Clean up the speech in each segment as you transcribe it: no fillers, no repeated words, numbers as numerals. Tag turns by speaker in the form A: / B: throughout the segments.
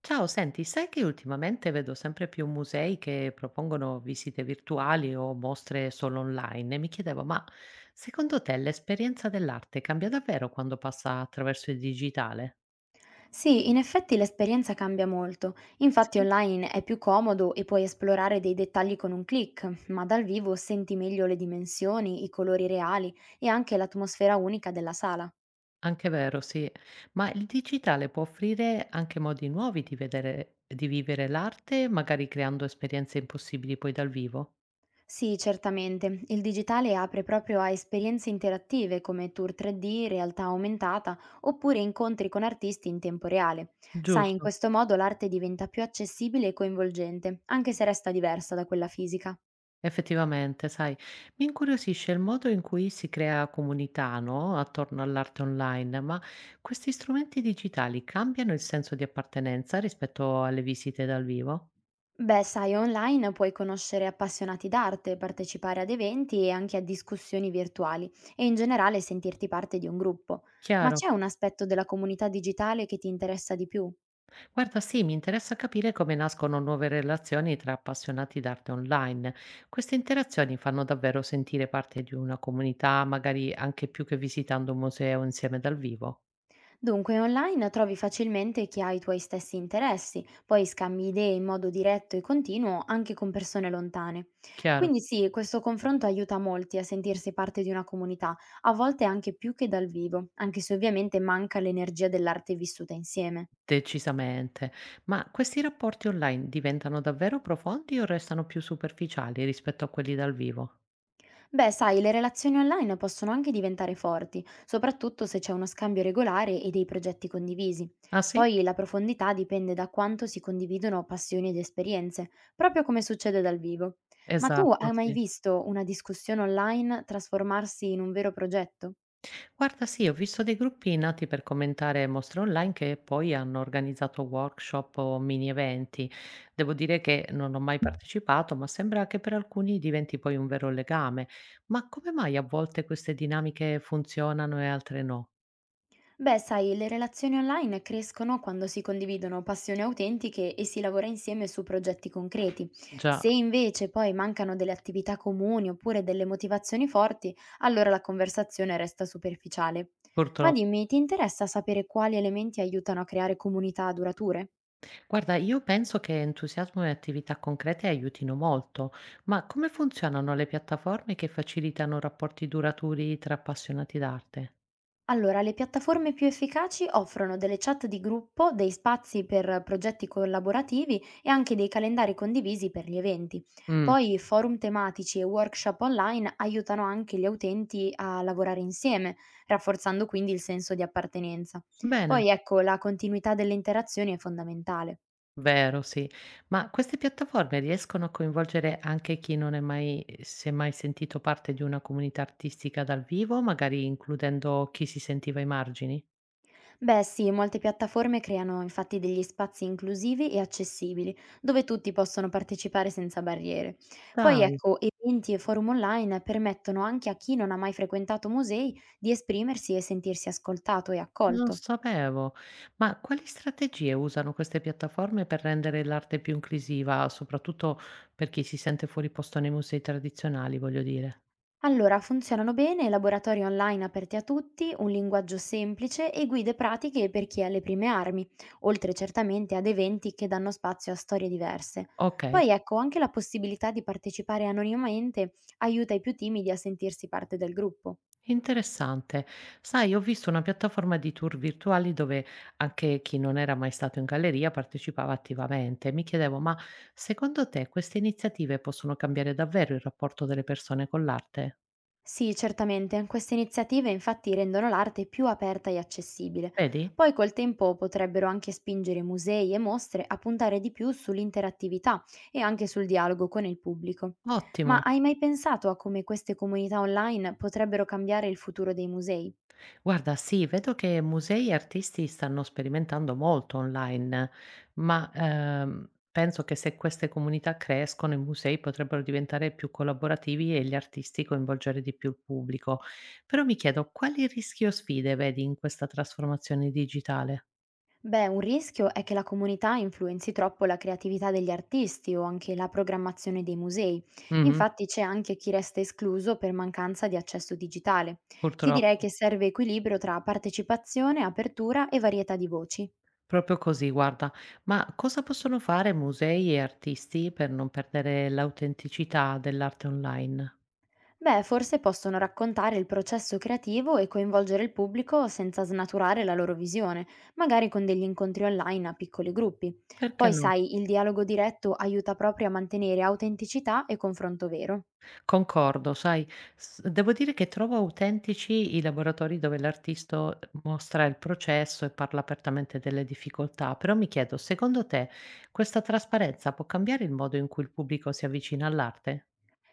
A: Ciao, senti, sai che ultimamente vedo sempre più musei che propongono visite virtuali o mostre solo online e mi chiedevo, ma secondo te l'esperienza dell'arte cambia davvero quando passa attraverso il digitale?
B: Sì, in effetti l'esperienza cambia molto. Infatti
A: Sì.
B: online è più comodo e puoi esplorare dei dettagli con un click, ma dal vivo senti meglio le dimensioni, i colori reali e anche l'atmosfera unica della sala.
A: Anche vero, sì, ma il digitale può offrire anche modi nuovi di vedere, di vivere l'arte, magari creando esperienze impossibili poi dal vivo?
B: Sì, certamente, il digitale apre proprio a esperienze interattive come tour 3D, realtà aumentata oppure incontri con artisti in tempo reale. Sai, in
A: Giusto?
B: questo modo l'arte diventa più accessibile e coinvolgente, anche se resta diversa da quella fisica.
A: Effettivamente, sai, mi incuriosisce il modo in cui si crea comunità, no? Attorno all'arte online, ma questi strumenti digitali cambiano il senso di appartenenza rispetto alle visite dal vivo?
B: Beh, sai, online puoi conoscere appassionati d'arte, partecipare ad eventi e anche a discussioni virtuali e in generale sentirti parte di un gruppo. Ma
A: Chiaro.
B: c'è un aspetto della comunità digitale che ti interessa di più?
A: Guarda, sì, mi interessa capire come nascono nuove relazioni tra appassionati d'arte online. Queste interazioni fanno davvero sentire parte di una comunità, magari anche più che visitando un museo insieme dal vivo.
B: Dunque, online trovi facilmente chi ha i tuoi stessi interessi, poi scambi idee in modo diretto e continuo anche con persone lontane.
A: Chiaro.
B: Quindi sì, questo confronto aiuta molti a sentirsi parte di una comunità, a volte anche più che dal vivo, anche se ovviamente manca l'energia dell'arte vissuta insieme.
A: Decisamente. Ma questi rapporti online diventano davvero profondi o restano più superficiali rispetto a quelli dal vivo?
B: Beh, sai, le relazioni online possono anche diventare forti, soprattutto se c'è uno scambio regolare e dei progetti condivisi.
A: Ah sì?
B: Poi la profondità dipende da quanto si condividono passioni ed esperienze, proprio come succede dal vivo. Ma tu
A: Esatto,
B: hai mai
A: sì.
B: visto una discussione online trasformarsi in un vero progetto?
A: Guarda, sì, ho visto dei gruppi nati per commentare mostre online che poi hanno organizzato workshop o mini eventi. Devo dire che non ho mai partecipato, ma sembra che per alcuni diventi poi un vero legame. Ma come mai a volte queste dinamiche funzionano e altre no?
B: Beh, sai, le relazioni online crescono quando si condividono passioni autentiche e si lavora insieme su progetti concreti.
A: Già,
B: Se invece poi mancano delle attività comuni oppure delle motivazioni forti, allora la conversazione resta superficiale. Ma
A: purtroppo.
B: dimmi, ti interessa sapere quali elementi aiutano a creare comunità durature?
A: Guarda, io penso che entusiasmo e attività concrete aiutino molto, ma come funzionano le piattaforme che facilitano rapporti duraturi tra appassionati d'arte?
B: Allora, le piattaforme più efficaci offrono delle chat di gruppo, dei spazi per progetti collaborativi e anche dei calendari condivisi per gli eventi.
A: Mm,
B: Poi forum tematici e workshop online aiutano anche gli utenti a lavorare insieme, rafforzando quindi il senso di appartenenza.
A: bene,
B: Poi ecco, la continuità delle interazioni è fondamentale.
A: vero, sì, ma queste piattaforme riescono a coinvolgere anche chi non è mai, si è mai sentito parte di una comunità artistica dal vivo, magari includendo chi si sentiva ai margini?
B: Beh sì, molte piattaforme creano infatti degli spazi inclusivi e accessibili, dove tutti possono partecipare senza barriere. Poi
A: Dai.
B: ecco, eventi e forum online permettono anche a chi non ha mai frequentato musei di esprimersi e sentirsi ascoltato e
A: Non
B: accolto.
A: sapevo. Ma quali strategie usano queste piattaforme per rendere l'arte più inclusiva, soprattutto per chi si sente fuori posto nei musei tradizionali, voglio dire?
B: Allora, funzionano bene laboratori online aperti a tutti, un linguaggio semplice e guide pratiche per chi ha le prime armi, oltre certamente ad eventi che danno spazio a storie diverse.
A: Okay,
B: Poi ecco, anche la possibilità di partecipare anonimamente aiuta i più timidi a sentirsi parte del gruppo.
A: interessante. Sai, ho visto una piattaforma di tour virtuali dove anche chi non era mai stato in galleria partecipava attivamente. Mi chiedevo, ma secondo te queste iniziative possono cambiare davvero il rapporto delle persone con l'arte?
B: Sì, certamente, queste iniziative infatti rendono l'arte più aperta e accessibile.
A: Vedi?
B: Poi col tempo potrebbero anche spingere musei e mostre a puntare di più sull'interattività e anche sul dialogo con il pubblico. Ma
A: Ottimo.
B: hai mai pensato a come queste comunità online potrebbero cambiare il futuro dei musei?
A: Guarda, sì, vedo che musei e artisti stanno sperimentando molto online, ma penso che se queste comunità crescono, i musei potrebbero diventare più collaborativi e gli artisti coinvolgere di più il pubblico. Però mi chiedo quali rischi o sfide vedi in questa trasformazione digitale?
B: Beh, un rischio è che la comunità influenzi troppo la creatività degli artisti o anche la programmazione dei musei.
A: Mhm,
B: Infatti c'è anche chi resta escluso per mancanza di accesso digitale. Ti direi
A: purtroppo.
B: che serve equilibrio tra partecipazione, apertura e varietà di voci.
A: Proprio così, guarda. Ma cosa possono fare musei e artisti per non perdere l'autenticità dell'arte online?
B: Beh, forse possono raccontare il processo creativo e coinvolgere il pubblico senza snaturare la loro visione, magari con degli incontri online a piccoli gruppi.
A: Perché
B: Poi,
A: no?
B: sai, il dialogo diretto aiuta proprio a mantenere autenticità e confronto vero.
A: Concordo, sai, s devo dire che trovo autentici i laboratori dove l'artista mostra il processo e parla apertamente delle difficoltà, però mi chiedo, secondo te questa trasparenza può cambiare il modo in cui il pubblico si avvicina all'arte?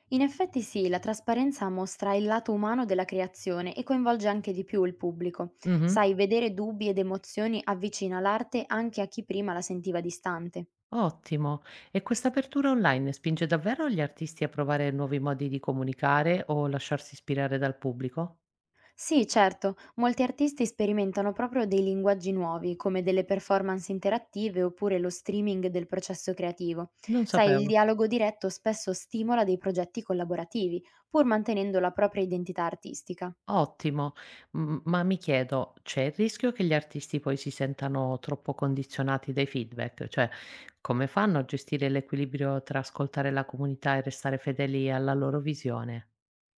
B: In effetti sì, la trasparenza mostra il lato umano della creazione e coinvolge anche di più il pubblico.
A: Mh-mh.
B: Sai, vedere dubbi ed emozioni avvicina l'arte anche a chi prima la sentiva distante.
A: Ottimo. E questa apertura online spinge davvero gli artisti a provare nuovi modi di comunicare o lasciarsi ispirare dal pubblico?
B: Sì, certo, molti artisti sperimentano proprio dei linguaggi nuovi, come delle performance interattive oppure lo streaming del processo creativo.
A: Non
B: Sai, il
A: sapevo.
B: dialogo diretto spesso stimola dei progetti collaborativi, pur mantenendo la propria identità artistica.
A: Ottimo, m ma mi chiedo, c'è il rischio che gli artisti poi si sentano troppo condizionati dai feedback? Cioè, come fanno a gestire l'equilibrio tra ascoltare la comunità e restare fedeli alla loro visione?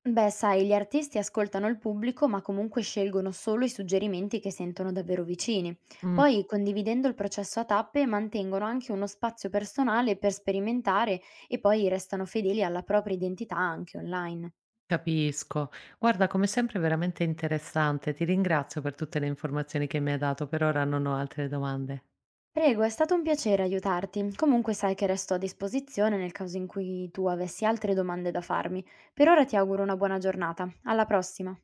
B: Beh, sai, gli artisti ascoltano il pubblico, ma comunque scelgono solo i suggerimenti che sentono davvero vicini.
A: Mm,
B: Poi, condividendo il processo a tappe, mantengono anche uno spazio personale per sperimentare e poi restano fedeli alla propria identità anche online.
A: capisco. Guarda, come sempre è veramente interessante. Ti ringrazio per tutte le informazioni che mi hai dato. Per ora non ho altre domande.
B: Prego, è stato un piacere aiutarti. Comunque sai che resto a disposizione nel caso in cui tu avessi altre domande da farmi. Per ora ti auguro una buona giornata. Alla prossima.